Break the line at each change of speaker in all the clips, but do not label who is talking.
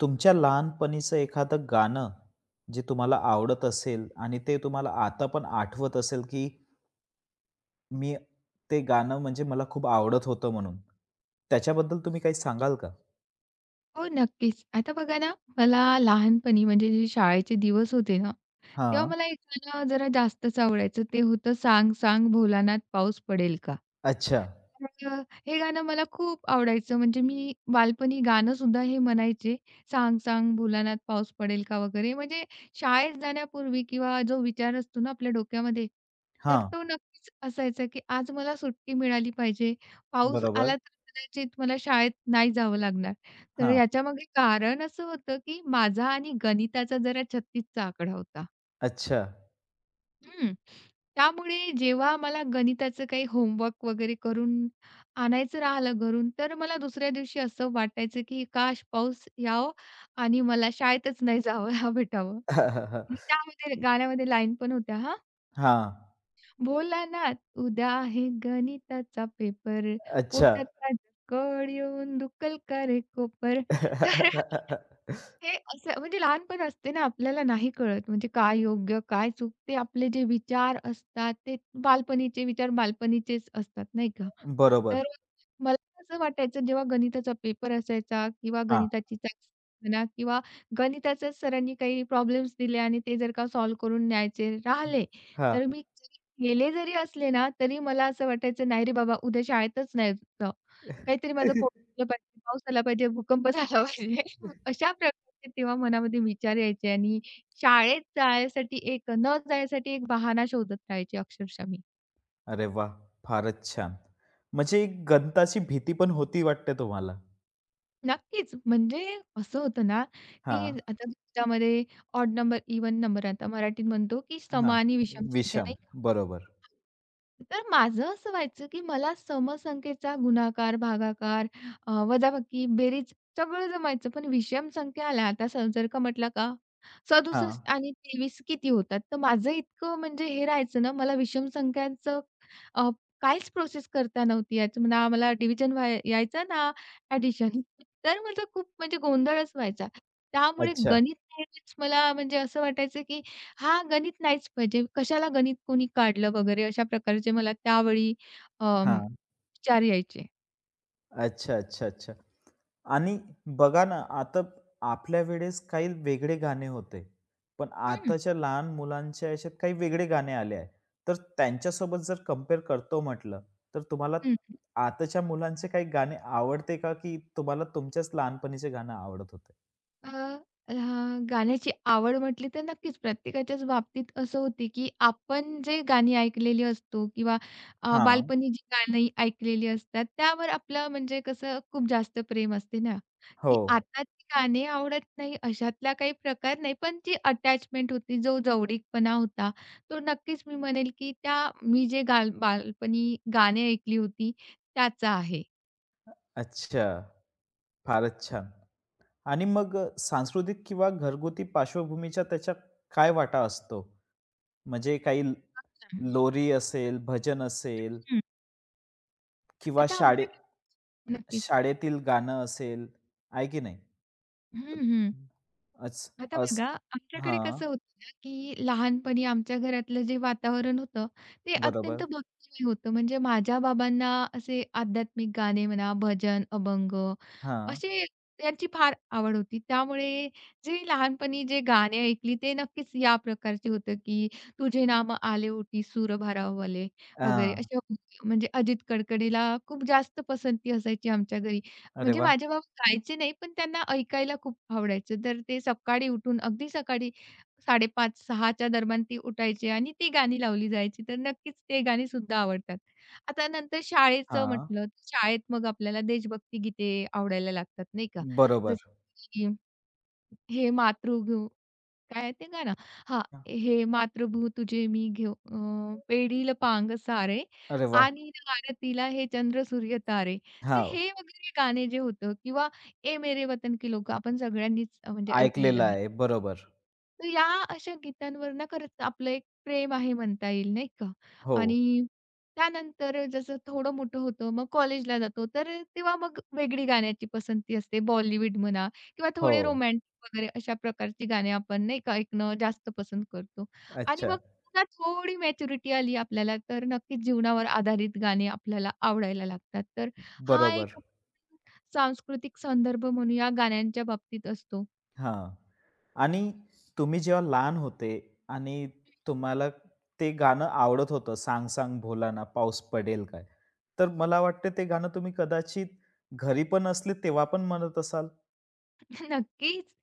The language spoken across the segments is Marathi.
तुमच्या लहानपणीचं एखादं गाणं, जे तुम्हाला आवडत असेल आणि ते तुम्हाला आता पण आठवत असेल, की मी ते गाणं म्हणजे मला खूप आवडत होतं म्हणून. त्याच्याबद्दल तुम्ही काही सांगाल का?
हो, नक्कीच. आता बघा ना, मला लहानपणी म्हणजे जे शाळेचे दिवस होते ना, तेव्हा
हां.
मला एक गाणं जरा जास्तच आवडायचं. ते होतं "सांग सांग भोलानाथ पाऊस पडेल का?"
अच्छा.
तर हे गाणं मला खूप आवडायचं. म्हणजे मी बालपणी गाणं सुद्धा हे म्हणायचे, "सांग सांग भोलानाथ पाऊस पडेल का?" वगैरे. म्हणजे शाळेत जाण्यापूर्वी किंवा जो विचार असतो ना आपल्या डोक्यामध्ये, तर
हां.
तो नक्कीच असायचा, की आज मला सुट्टी मिळाली पाहिजे. पाऊस
बरोबर.
आला तर कदाचित मला शाळेत नाही जावं लागणार. तर
हां.
याच्यामागे कारण असं होतं, की माझा आणि गणिताचा जरा 36चा आकडा होता.
अच्छा.
हं. त्यामुळे जेव्हा मला गणिताचं काही होमवर्क वगैरे करून आणायचं राहिलं घरून, तर मला दुसऱ्या दिवशी असं वाटायचं, की काश पाऊस यावं आणि मला शाळेतच नाही जावं हा भेटावं. आणि त्यामध्ये गाण्यामध्ये लाईन पण होत्या हां.
हां.
बोला ना, उद्या आहे गणिताचा पेपर,
अच्छा.
पोटात माझ्या कळ येऊन दुखल का रे कोपर. तर हे असं म्हणजे लहानपण असते ना, आपल्याला नाही कळत म्हणजे काय योग्य, काय चूक ते आपले जे विचार असतात, ते बालपणीचे विचार बालपणीचेच असतात, नाही का?
बरोबर.
तर मला असं वाटायचं जेव्हा गणिताचा पेपर असायचा किंवा
हां,
गणिताची चाचणी म्हणा किंवा गणिताच्या सरांनी काही प्रॉब्लेम्स दिले आणि ते जर का सॉल्व्ह करून न्यायचे राहिले,
हां.
तर मी गेले जरी असले ना, तरी मला असं वाटायचं, "नाही रे बाबा, उद्या शाळेतच नाही जायचं. काहीतरी माझं पोट भरलं पाहिजे, पाऊस आला पाहिजे, भूकंप झाला पाहिजे." अशा प्रकारचे तेव्हा मनामध्ये विचार यायचे आणि शाळेत जाण्यासाठी एक न जाण्यासाठी एक बहाणा शोधत राहायचे अक्षरशः मी.
अरे वाह! फारच छान. म्हणजे गणिताची भीती पण होती वाटते तुम्हाला?
नक्कीच. म्हणजे असं होतं ना, की
हां.
आता त्यामध्ये ऑड नंबर, इव्हन नंबर आता मराठीत म्हणतो, की सम
हां,
आणि विषम संख्या
विषम.
नाही का?
बरोबर.
तर माझं असं व्हायचं, की मला समसंख्येचा गुणाकार, भागाकार, वजाबाकी, बेरीज सगळं जमायचं. पण विषम संख्या आल्या आता जर का म्हटला का
हां.
67 आणि 23 किती होतात? तर माझं इतकं म्हणजे हे राहायचं ना, मला विषम संख्यांचं अ, काहीच प्रोसेस करता नव्हती यायचं. ना मला डिव्हिजन यायचं ना ॲडिशन. तर म्हटलं खूप म्हणजे गोंधळच व्हायचा. त्यामुळे
अच्छा.
गणित नाहीच मला म्हणजे असं वाटायचं, की हा गणित नाहीच पाहिजे. कशाला गणित कोणी काढलं वगैरे अशा प्रकारचे मला त्यावेळी अ,
हां.
विचार यायचे.
अच्छा, अच्छा, अच्छा. आणि बघा ना, आता आपल्या वेळेस काही वेगळे गाणे होते. पण आताच्या लहान मुलांच्या ह्याच्यात काही वेगळे गाणे आले आहे. तर त्यांच्यासोबत जर कंपेअर करतो म्हटलं, तर तुम्हाला
हं.
आताच्या मुलांचे काही गाणे आवडते का? की तुम्हाला तुमच्याच लहानपणीचे गाणं आवडत होते?
अ, अ, गाण्याची आवड म्हटली तर नक्कीच प्रत्येकाच्याच बाबतीत असं होते, की आपण जे गाणी ऐकलेली असतो किंवा
हां.
बालपणी जी गाणी ऐकलेली असतात, त्यावर आपलं म्हणजे कसं खूप जास्त प्रेम असते ना,
हो.
की आताची गाणी आवडत नाही अशातला काही प्रकार नाही, पण जी अटॅचमेंट होती, जो जवळीकपणा होता, तो नक्कीच मी म्हणेल, की त्या मी जे बालपणी गाणी ऐकली होती त्याचा आहे.
अच्छा. फारच छान. आणि मग सांस्कृतिक किंवा घरगुती पार्श्वभूमीचा त्याच्या काय वाटा असतो? म्हणजे काही लोरी असेल, भजन असेल
हं.
किंवा
आता
शाळे
आमच्याकडे नक्कीच.
शाळेतील गाणं असेल, आहे की नाही? तर
हं, हं.
अच
आता
अस
बघा, आमच्याकडे
हां,
कसं होतं ना, की लहानपणी आमच्या घरातलं जे वातावरण होतं, ते अत्यंत
बरोबर.
भक्तिमय होतं. म्हणजे माझ्या बाबांना असे आध्यात्मिक गाणे म्हणा, भजन, अभंग
हां.
असे त्यांची फार आवड होती. त्यामुळे जे लहानपणी जे गाणे ऐकली, ते नक्कीच या प्रकारचे होतं, की तुझे नाम आले ओटी सूरभारावले वगैरे
हां.
अशा म्हणजे अजित कडकडेला खूप जास्त पसंती असायची आमच्या घरी.
अरे
म्हणजे
वाह!
माझे बाबा गायचे नाही, पण त्यांना ऐकायला खूप आवडायचं. तर ते सकाळी उठून अगदी सकाळी 5:30-6:00च्या दरम्यान ते उठायचे आणि ती गाणी लावली जायची. तर नक्कीच ते गाणी सुद्धा आवडतात. आता नंतर शाळेचं
हां,
म्हटलं, शाळेत मग आपल्याला देशभक्ती गीते आवडायला लागतात, नाही का?
बरोबर.
जसं की हे "मातृ काय ते गाणं? हां,
हां.
हे मातृभूत तुझे मी घेऊ पेडील पांग सारे
अरे वाह!
आणि आरतीला हे चंद्र सूर्य तारे. तर
हां,
हे वगैरे गाणे जे होतं किंवा ए मेरे वतन के लोग आपण सगळ्यांनीच म्हणजे ऐकलेलं
ऐकलेलं
आहे.
आहे. बरोबर.
तर या अशा गीतांवर ना खरंच आपलं एक प्रेम आहे म्हणता येईल, नाही का?
हो,
आणि त्यानंतर जसं थोडं मोठं होतं, मग कॉलेजला जातो, तर तेव्हा मग वेगळी गाण्याची पसंती असते. बॉलिवूड म्हणा किंवा
हो.
थोडे रोमॅन्टिक वगैरे अशा प्रकारची गाणी आपण नाही का ऐकणं जास्त पसंत करतो. आणि
अच्छा.
मग पुन्हा थोडी मॅच्युरिटी आली आपल्याला, तर नक्कीच जीवनावर आधारित गाणी आपल्याला आवडायला लागतात. तर हा
बरोबर.
एक सांस्कृतिक संदर्भ म्हणूया गाण्यांच्या बाबतीत असतो.
हां. आणि तुम्ही जेव्हा लहान होते आणि तुम्हाला ते गाणं आवडत होतं, "सांग सांग भोलाना पाऊस पडेल काय?" तर मला वाटतं ते गाणं तुम्ही कदाचित घरी पण असले तेव्हा पण म्हणत असाल?
नक्कीच.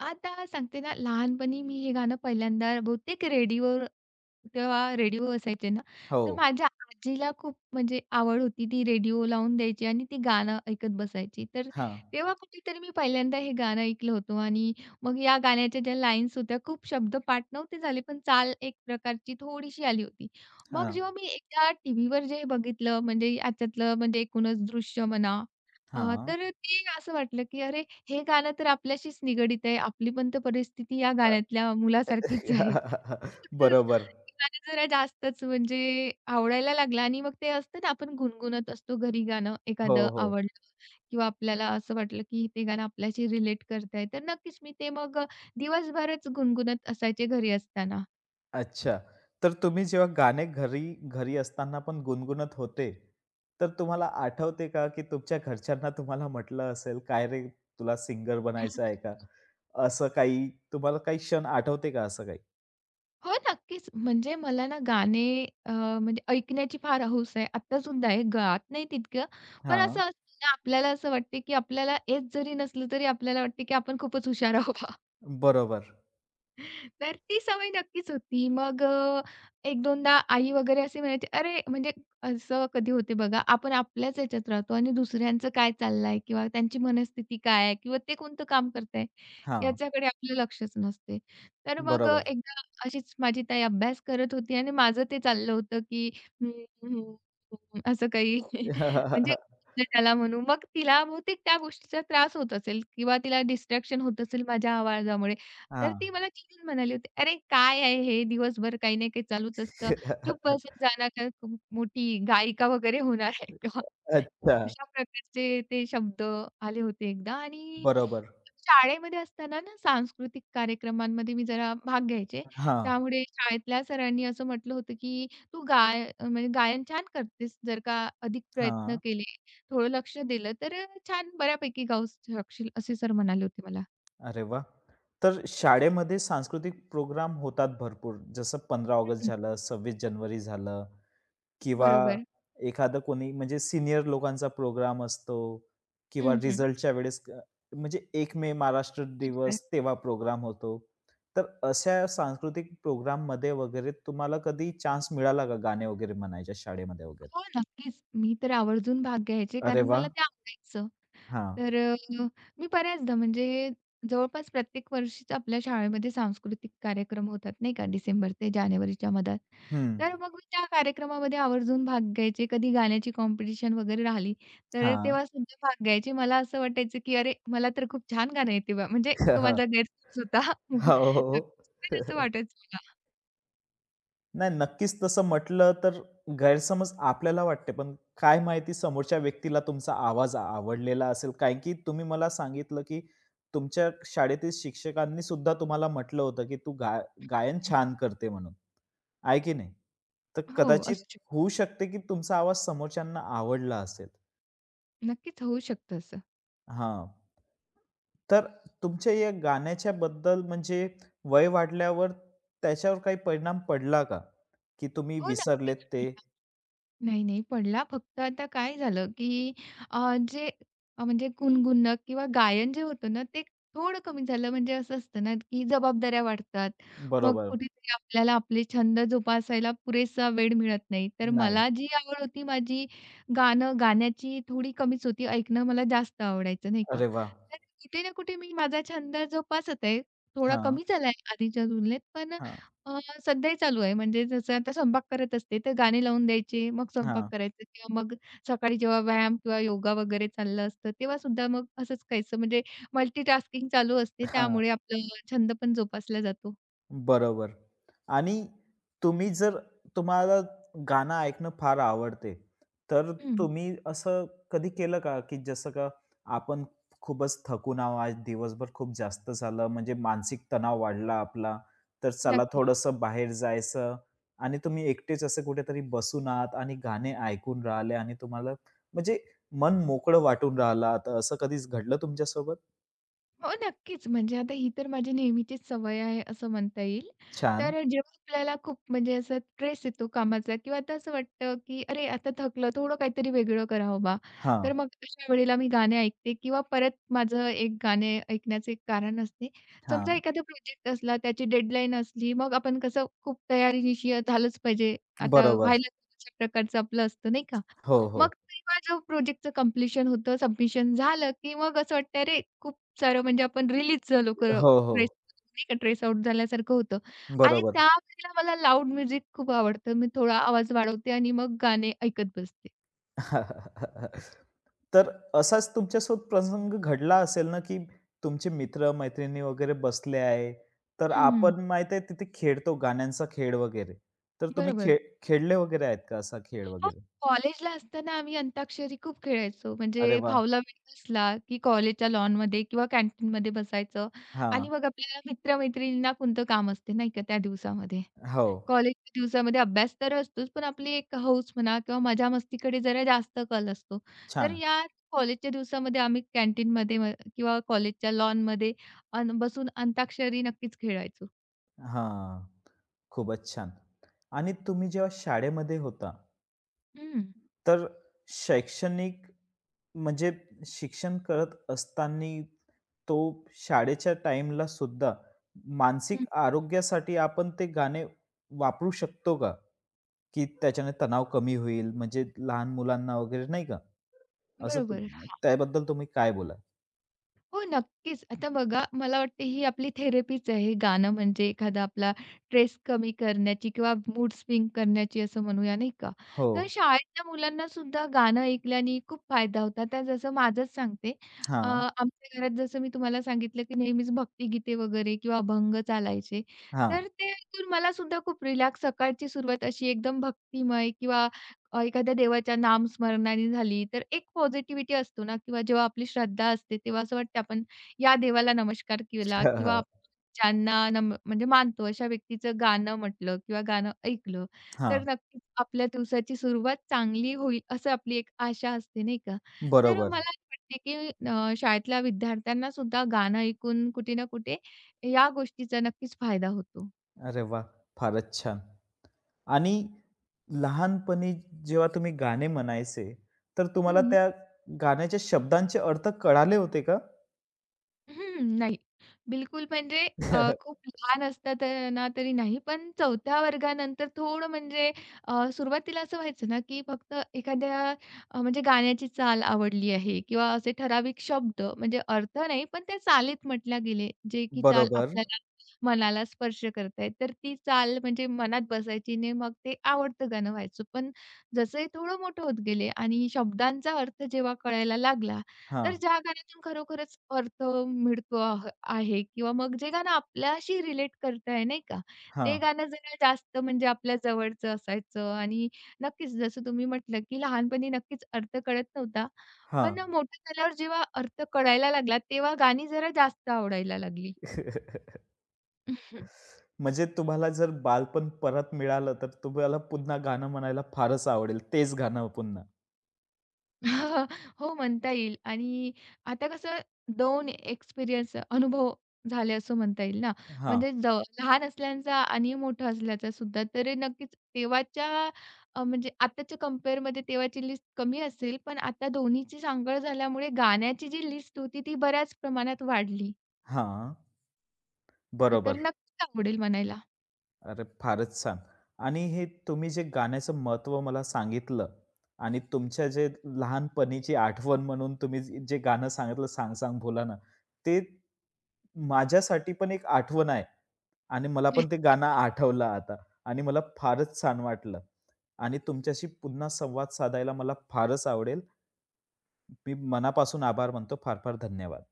आता सांगते ना, लहानपणी मी हे गाणं पहिल्यांदा बहुतेक रेडिओवर तेव्हा रेडिओ असायचे ना,
हो.
तर माझ्या आजीला खूप म्हणजे आवड होती. ती रेडिओ लावून द्यायची आणि ती गाणं ऐकत बसायची. तर
हां,
तेव्हा कुठेतरी मी पहिल्यांदा हे गाणं ऐकलं होतं आणि मग या गाण्याच्या ज्या लाईन्स होत्या, खूप शब्दपाठ नव्हते झाले, पण चाल एक प्रकारची थोडीशी आली होती. मग जेव्हा
हां,
मी एकदा टीव्हीवर जे बघितलं, म्हणजे याच्यातलं म्हणजे एकूणच दृश्य म्हणा
हां.
तर ते असं वाटलं, की अरे हे गाणं तर आपल्याशीच निगडीत आहे. आपली पण तर परिस्थिती या गाण्यातल्या मुलासारखीच आहे.
अ,
तर
बरोबर.
ते गाणं जरा जास्तच म्हणजे आवडायला लागलं आणि मग ते असतं ना आपण गुणगुणत असतो घरी गाणं
हो,
एखादं
हो.
आवडलं किंवा आपल्याला असं वाटलं, की ते गाणं आपल्याशी रिलेट करत आहे. तर नक्कीच मी ते मग दिवसभरच गुणगुणत असायचे घरी असताना.
अच्छा. तर तुम्ही जेव्हा गाणे घरी घरी असताना पण गुणगुणत होते, तर तुम्हाला आठवते का, की तुमच्या घरच्यांना तुम्हाला म्हटलं असेल, "काय रे, तुला सिंगर बनायचं आहे का?" असं काही तुम्हाला काही क्षण आठवते का असं काही?
हो, नक्कीच. म्हणजे मला ना गाणे म्हणजे ऐकण्याची फार हौस आहे. आता सुद्धा आहे, गात नाही तितकं. पण असं
हां.
असतं ना, आपल्याला असं वाटते, की आपल्याला येत जरी नसलं, तरी आपल्याला वाटते, की आपण खूपच हुशार आहोत.
बरोबर.
तर ती सवय नक्कीच होती. मग एक दोनदा आई वगैरे असे म्हणायचे, "अरे!" म्हणजे असं कधी होते बघा, आपण आपल्याच ह्याच्यात राहतो आणि दुसऱ्यांचं काय चाललंय किंवा त्यांची मनस्थिती काय आहे किंवा ते कोणतं काम करताय,
हां.
याच्याकडे आपलं लक्षच नसते. तर मग
बरोबर.
एकदा अशीच माझी ताई अभ्यास करत होती आणि माझं ते चाललं होतं, की हं, हं, हं, असं काही म्हणजे त्याला म्हणू. मग तिला बहुतेक त्या गोष्टीचा त्रास होत असेल किंवा तिला डिस्ट्रॅक्शन होत असेल माझ्या आवाजामुळे. तर ती
हां.
मला चिडून म्हणाली होती, "अरे काय आहे हे दिवसभर काही ना काही चालूच असतं. चुप बसत जाणार का तू मोठी गायिका वगैरे होणार आहे का?"
अच्छा.
अशा प्रकारचे ते शब्द आले होते एकदा आणि
बरोबर.
शाळेमध्ये असताना ना सांस्कृतिक कार्यक्रमांमध्ये मी जरा भाग घ्यायचे.
हां.
त्यामुळे शाळेतल्या सरांनी असं म्हटलं होतं, की "तू गायन छान करतेस. जर का अधिक प्रयत्न
हां.
केले, थोडं लक्ष दिलं तर छान बऱ्यापैकी गाऊ शकशील." असे सर म्हणाले होते मला.
अरे वाह! तर शाळेमध्ये सांस्कृतिक प्रोग्राम होतात भरपूर. जसं 15 ऑगस्ट
हं,
झालं, 26 जानेवारी झालं. किंवा
बरोबर.
एखादं कोणी म्हणजे सीनियर लोकांचा प्रोग्राम असतो किंवा
हं, हं.
रिझल्टच्या वेळेस म्हणजे एक मे महाराष्ट्र
बरोबर.
दिवस तेव्हा प्रोग्राम होतो. तर अशा सांस्कृतिक प्रोग्राममध्ये वगैरे तुम्हाला कधी चान्स मिळाला का गाणे वगैरे म्हणायच्या शाळेमध्ये वगैरे?
हो, नक्कीच. मी तर आवर्जून भाग घ्यायचे
अरे
कारण मला
वाह!
ते आवडायचं.
हां.
तर मी बऱ्याचदा म्हणजे जवळपास प्रत्येक वर्षीच आपल्या शाळेमध्ये सांस्कृतिक कार्यक्रम होतात नाही का, डिसेंबर ते जानेवारीच्या मधात.
हं.
तर मग मी त्या कार्यक्रमामध्ये आवर्जून भाग घ्यायचे. कधी गाण्याची कॉम्पिटिशन वगैरे राहिली, तर
हां.
तेव्हा सुद्धा भाग घ्यायचे. मला असं वाटायचं, की अरे, मला तर खूप छान गाणं येते बा. म्हणजे तो माझा गैरसमज होता.
हो, हो,
तर असं
हो.
वाटायचं मला.
नाही, नक्कीच तसं म्हटलं तर गैरसमज आपल्याला वाटते, पण काय माहिती समोरच्या व्यक्तीला तुमचा आवाज आवडलेला असेल. कारण की तुम्ही मला सांगितलं, की तुमच्या शाळेतील शिक्षकांनी सुद्धा तुम्हाला म्हटलं होतं, की "तू गायन छान करते" म्हणून. आहे की नाही? तर
हो,
कदाचित
असू शकतं.
होऊ शकते, की तुमचा आवाज समोरच्यांना आवडला असेल.
नक्कीच होऊ शकतं असं.
हां. तर तुमच्या या गाण्याच्या बद्दल म्हणजे वय वाढल्यावर त्याच्यावर काही परिणाम पडला का? की तुम्ही
हो,
विसरलेत
नक्कीच
ते?
पडला. नाही, नाही पडला. फक्त आता काय झालं, की जे म्हणजे गुणगुणणं किंवा गायन जे होतं ना, ते थोडं कमी झालं. म्हणजे असं असतं ना, की जबाबदाऱ्या वाढतात. मग
बरोबर.
कुठेतरी आपल्याला आपले छंद जोपासायला पुरेसा वेळ मिळत नाही. तर
नाही.
मला जी आवड होती माझी, गाणं गाण्याची थोडी कमीच होती. ऐकणं मला जास्त आवडायचं, नाही का.
अरे वाह!
तर कुठे ना कुठे मी माझा छंद जोपासत आहे. थोडा
हां,
कमी झालाय आधीच्या तुलनेत, पण
हां,
अ, सध्याही चालू आहे. म्हणजे जसं आता स्वयंपाक करत असते, तर गाणी लावून द्यायची. मग स्वयंपाक
हां,
करायचा किंवा मग सकाळी जेव्हा व्यायाम किंवा योगा वगैरे चाललं असतं, तेव्हासुद्धा मग असंच काहीसं म्हणजे मल्टीटास्किंग चालू असते.
हां.
त्यामुळे आपला छंद पण जोपासला जातो.
बरोबर. आणि तुम्ही जर तुम्हाला गाणं ऐकणं फार आवडते, तर
हं,
तुम्ही असं कधी केलं का, की जसं का आपण खूपच थकून आहोत आज दिवसभर खूप जास्त झालं, म्हणजे मानसिक तणाव वाढला आपला, तर चला
नक्कीच.
थोडंसं बाहेर जायचं आणि तुम्ही एकटेच असे कुठेतरी बसून आहात आणि गाणे ऐकून राहिले आणि तुम्हाला म्हणजे मन मोकळं वाटून राहिलं आता असं कधीच घडलं तुमच्यासोबत?
हो, नक्कीच. म्हणजे आता ही तर माझी नेहमीचीच सवय आहे असं म्हणता येईल.
छान.
तर जेव्हा आपल्याला खूप म्हणजे असा स्ट्रेस येतो कामाचा किंवा आता असं वाटतं, की "अरे, आता थकलं, थोडं काहीतरी वेगळं करावं बा."
हां,
तर मग अशा वेळेला मी गाणे ऐकते किंवा परत माझं एक गाणे ऐकण्याचं एक कारण असते. समजा
हां.
एखादा प्रोजेक्ट असला, त्याची डेडलाईन असली, मग आपण कसं खूप तयारीनिशी झालंच पाहिजे, आता
बरोबर.
व्हायलाच अशा प्रकारचं आपलं असतं, नाही का?
हो,
मग
हो.
तेव्हा जो प्रोजेक्टचं कंप्लीशन होतं, सबमिशन झालं, की मग असं वाटतं, "अरे, खूप सारं म्हणजे आपण रिलीज झालो खरं."
हो,
ट्रेस
हो.
नाही का ट्रेस आउट झाल्यासारखं होतं आणि
बरोबर.
त्यावेळेला मला लाऊड म्युझिक खूप आवडतं. मी थोडा आवाज वाढवते आणि मग गाणे ऐकत बसते.
तर असाच तुमच्यासोबत प्रसंग घडला असेल ना, की तुमचे मित्र-मैत्रिणी वगैरे बसले आहे. तर
हं,
आपण माहीत आहे तिथे खेळतो गाण्यांचा खेळ वगैरे. तर तुम्ही
बरोबर.
खेळले वगैरे आहेत का असा खेळ
मग
वगैरे?
कॉलेजला असताना आम्ही अंताक्षरी खूप खेळायचो.
अरे
म्हणजे
वाह!
फावला वेळ असला, की कॉलेजच्या लॉनमध्ये किंवा कॅन्टीनमध्ये बसायचं आणि
हां.
मग आपल्याला मित्र कोणतं काम असते नाही का त्या दिवसामध्ये.
हो.
कॉलेजच्या दिवसामध्ये अभ्यास तर असतोच, पण आपली एक हौस म्हणा किंवा मजा-मस्तीकडे जरा जास्त कल असतो. तर
छान.
या कॉलेजच्या दिवसामध्ये आम्ही कॅन्टीनमध्ये किंवा कॉलेजच्या लॉनमध्ये अन बसून अंताक्षरी नक्कीच खेळायचो.
हां. खूपच छान. आणि तुम्ही जेव्हा शाळेमध्ये होता,
हं,
तर शैक्षणिक म्हणजे शिक्षण करत असताना तो शाळेच्या टाईमला सुद्धा
हं.
मानसिक आरोग्यासाठी आपण ते गाणे वापरू शकतो का? की त्याच्याने तणाव कमी होईल म्हणजे लहान मुलांना वगैरे नाही का? असं
बरोबर.
त्याबद्दल तुम्ही काय बोलाल?
हो, नक्कीच. आता बघा, मला वाटते ही आपली थेरपीच आहे. गाणं म्हणजे एखादा आपला स्ट्रेस कमी करण्याची किंवा मूड स्विंग करण्याची असं म्हणूया, नाही का?
हो.
तर शाळेतल्या मुलांना सुद्धा गाणं ऐकल्याने खूप फायदा होता. तर जसं माझंच सांगते,
हां,
आमच्या घरात जसं मी तुम्हाला सांगितलं, की नेहमीच भक्तिगीते वगैरे किंवा अभंग चालायचे.
हां.
तर ते ऐकून मला सुद्धा खूप रिलॅक्स सकाळची सुरुवात अशी एकदम भक्तिमय किंवा एखाद्या देवाच्या नामस्मरणाने झाली, तर एक पॉझिटिव्हिटी असतो ना किंवा जेव्हा आपली श्रद्धा असते, तेव्हा असं वाटतं आपण या देवाला नमस्कार केला किंवा
हां,
आपण ज्यांना नम म्हणजे मानतो अशा व्यक्तीचं गाणं म्हटलं किंवा गाणं ऐकलं, तर
हां.
नक्कीच आपल्या दिवसाची सुरुवात चांगली होईल असं आपली एक आशा असते, नाही का? तर
बरोबर.
मला असं वाटते, की शाळेतल्या विद्यार्थ्यांना सुद्धा गाणं ऐकून कुठे ना कुठे या गोष्टीचा नक्कीच फायदा होतो.
अरे वाह! फारच छान. आणि लहानपणी जेव्हा तुम्ही गाणे म्हणायचे, तर तुम्हाला
हं.
त्या गाण्याच्या शब्दांचे अर्थ कळाले होते का?
हं, नाही. बिलकुल म्हणजे खूप लहान असताना तरी नाही, पण 4थ्या वर्गानंतर थोडं म्हणजे सुरुवातीला असं व्हायचं ना, की फक्त एखाद्या म्हणजे गाण्याची चाल आवडली आहे किंवा असे ठराविक शब्द म्हणजे अर्थ नाही, पण त्या चालीत म्हटल्या गेले, जे की चाल
बरोबर.
आपल्याला मनाला स्पर्श करतायत, तर ती चाल म्हणजे मनात बसायची आणि मग ते आवडतं गाणं व्हायचं. पण जसंही थोडं मोठं होत गेले आणि शब्दांचा अर्थ जेव्हा कळायला लागला
हां,
तर ज्या गाण्यातून खरोखरच अर्थ मिळतो आहे किंवा मग जे गाणं आपल्याशी रिलेट करत आहे, नाही का? ते
हां,
गाणं जरा जास्त म्हणजे आपल्या जवळचं असायचं आणि नक्कीच जसं तुम्ही म्हटलं, की लहानपणी नक्कीच अर्थ कळत नव्हता.
हां.
पण मोठं झाल्यावर जेव्हा अर्थ कळायला लागला, तेव्हा गाणी जरा जास्त आवडायला लागली.
म्हणजे तुम्हाला जर बालपण परत मिळालं, तर तुम्हाला पुन्हा गाणं म्हणायला फारच आवडेल. तेच गाणं पुन्हा.
हो म्हणता येईल आणि आता कसं 2 एक्सपिरियन्स अनुभव झाले असं म्हणता येईल ना.
हां,
म्हणजे लहान असल्याचा आणि मोठा असल्याचा सुद्धा. तर नक्कीच तेव्हाच्या म्हणजे आताच्या कंपेअरमध्ये तेव्हाची लिस्ट कमी असेल, पण आता दोन्हीची सांगड झाल्यामुळे गाण्याची जी लिस्ट होती ती बऱ्याच प्रमाणात वाढली.
हां.
तर
बरोबर.
नक्कीच आवडेल म्हणायला.
अरे फारच छान! आणि हे तुम्ही जे गाण्याचं महत्त्व मला सांगितलं आणि तुमच्या जे लहानपणीची आठवण म्हणून तुम्ही जे गाणं सांगितलं "सांग सांग भुलाना" ते माझ्यासाठी पण एक आठवण आहे आणि मला पण ते गाणं आठवलं आता आणि मला फारच छान वाटलं आणि तुमच्याशी पुन्हा संवाद साधायला मला फारच आवडेल. मी मनापासून आभार मानतो. फार फार धन्यवाद.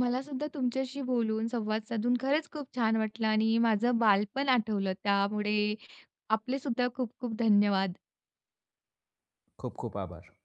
मला सुद्धा तुमच्याशी बोलून, संवाद साधून खरंच खूप छान वाटलं आणि माझं बालपण आठवलं. त्यामुळे आपले सुद्धा खूप खूप धन्यवाद.
खूप खूप आभार.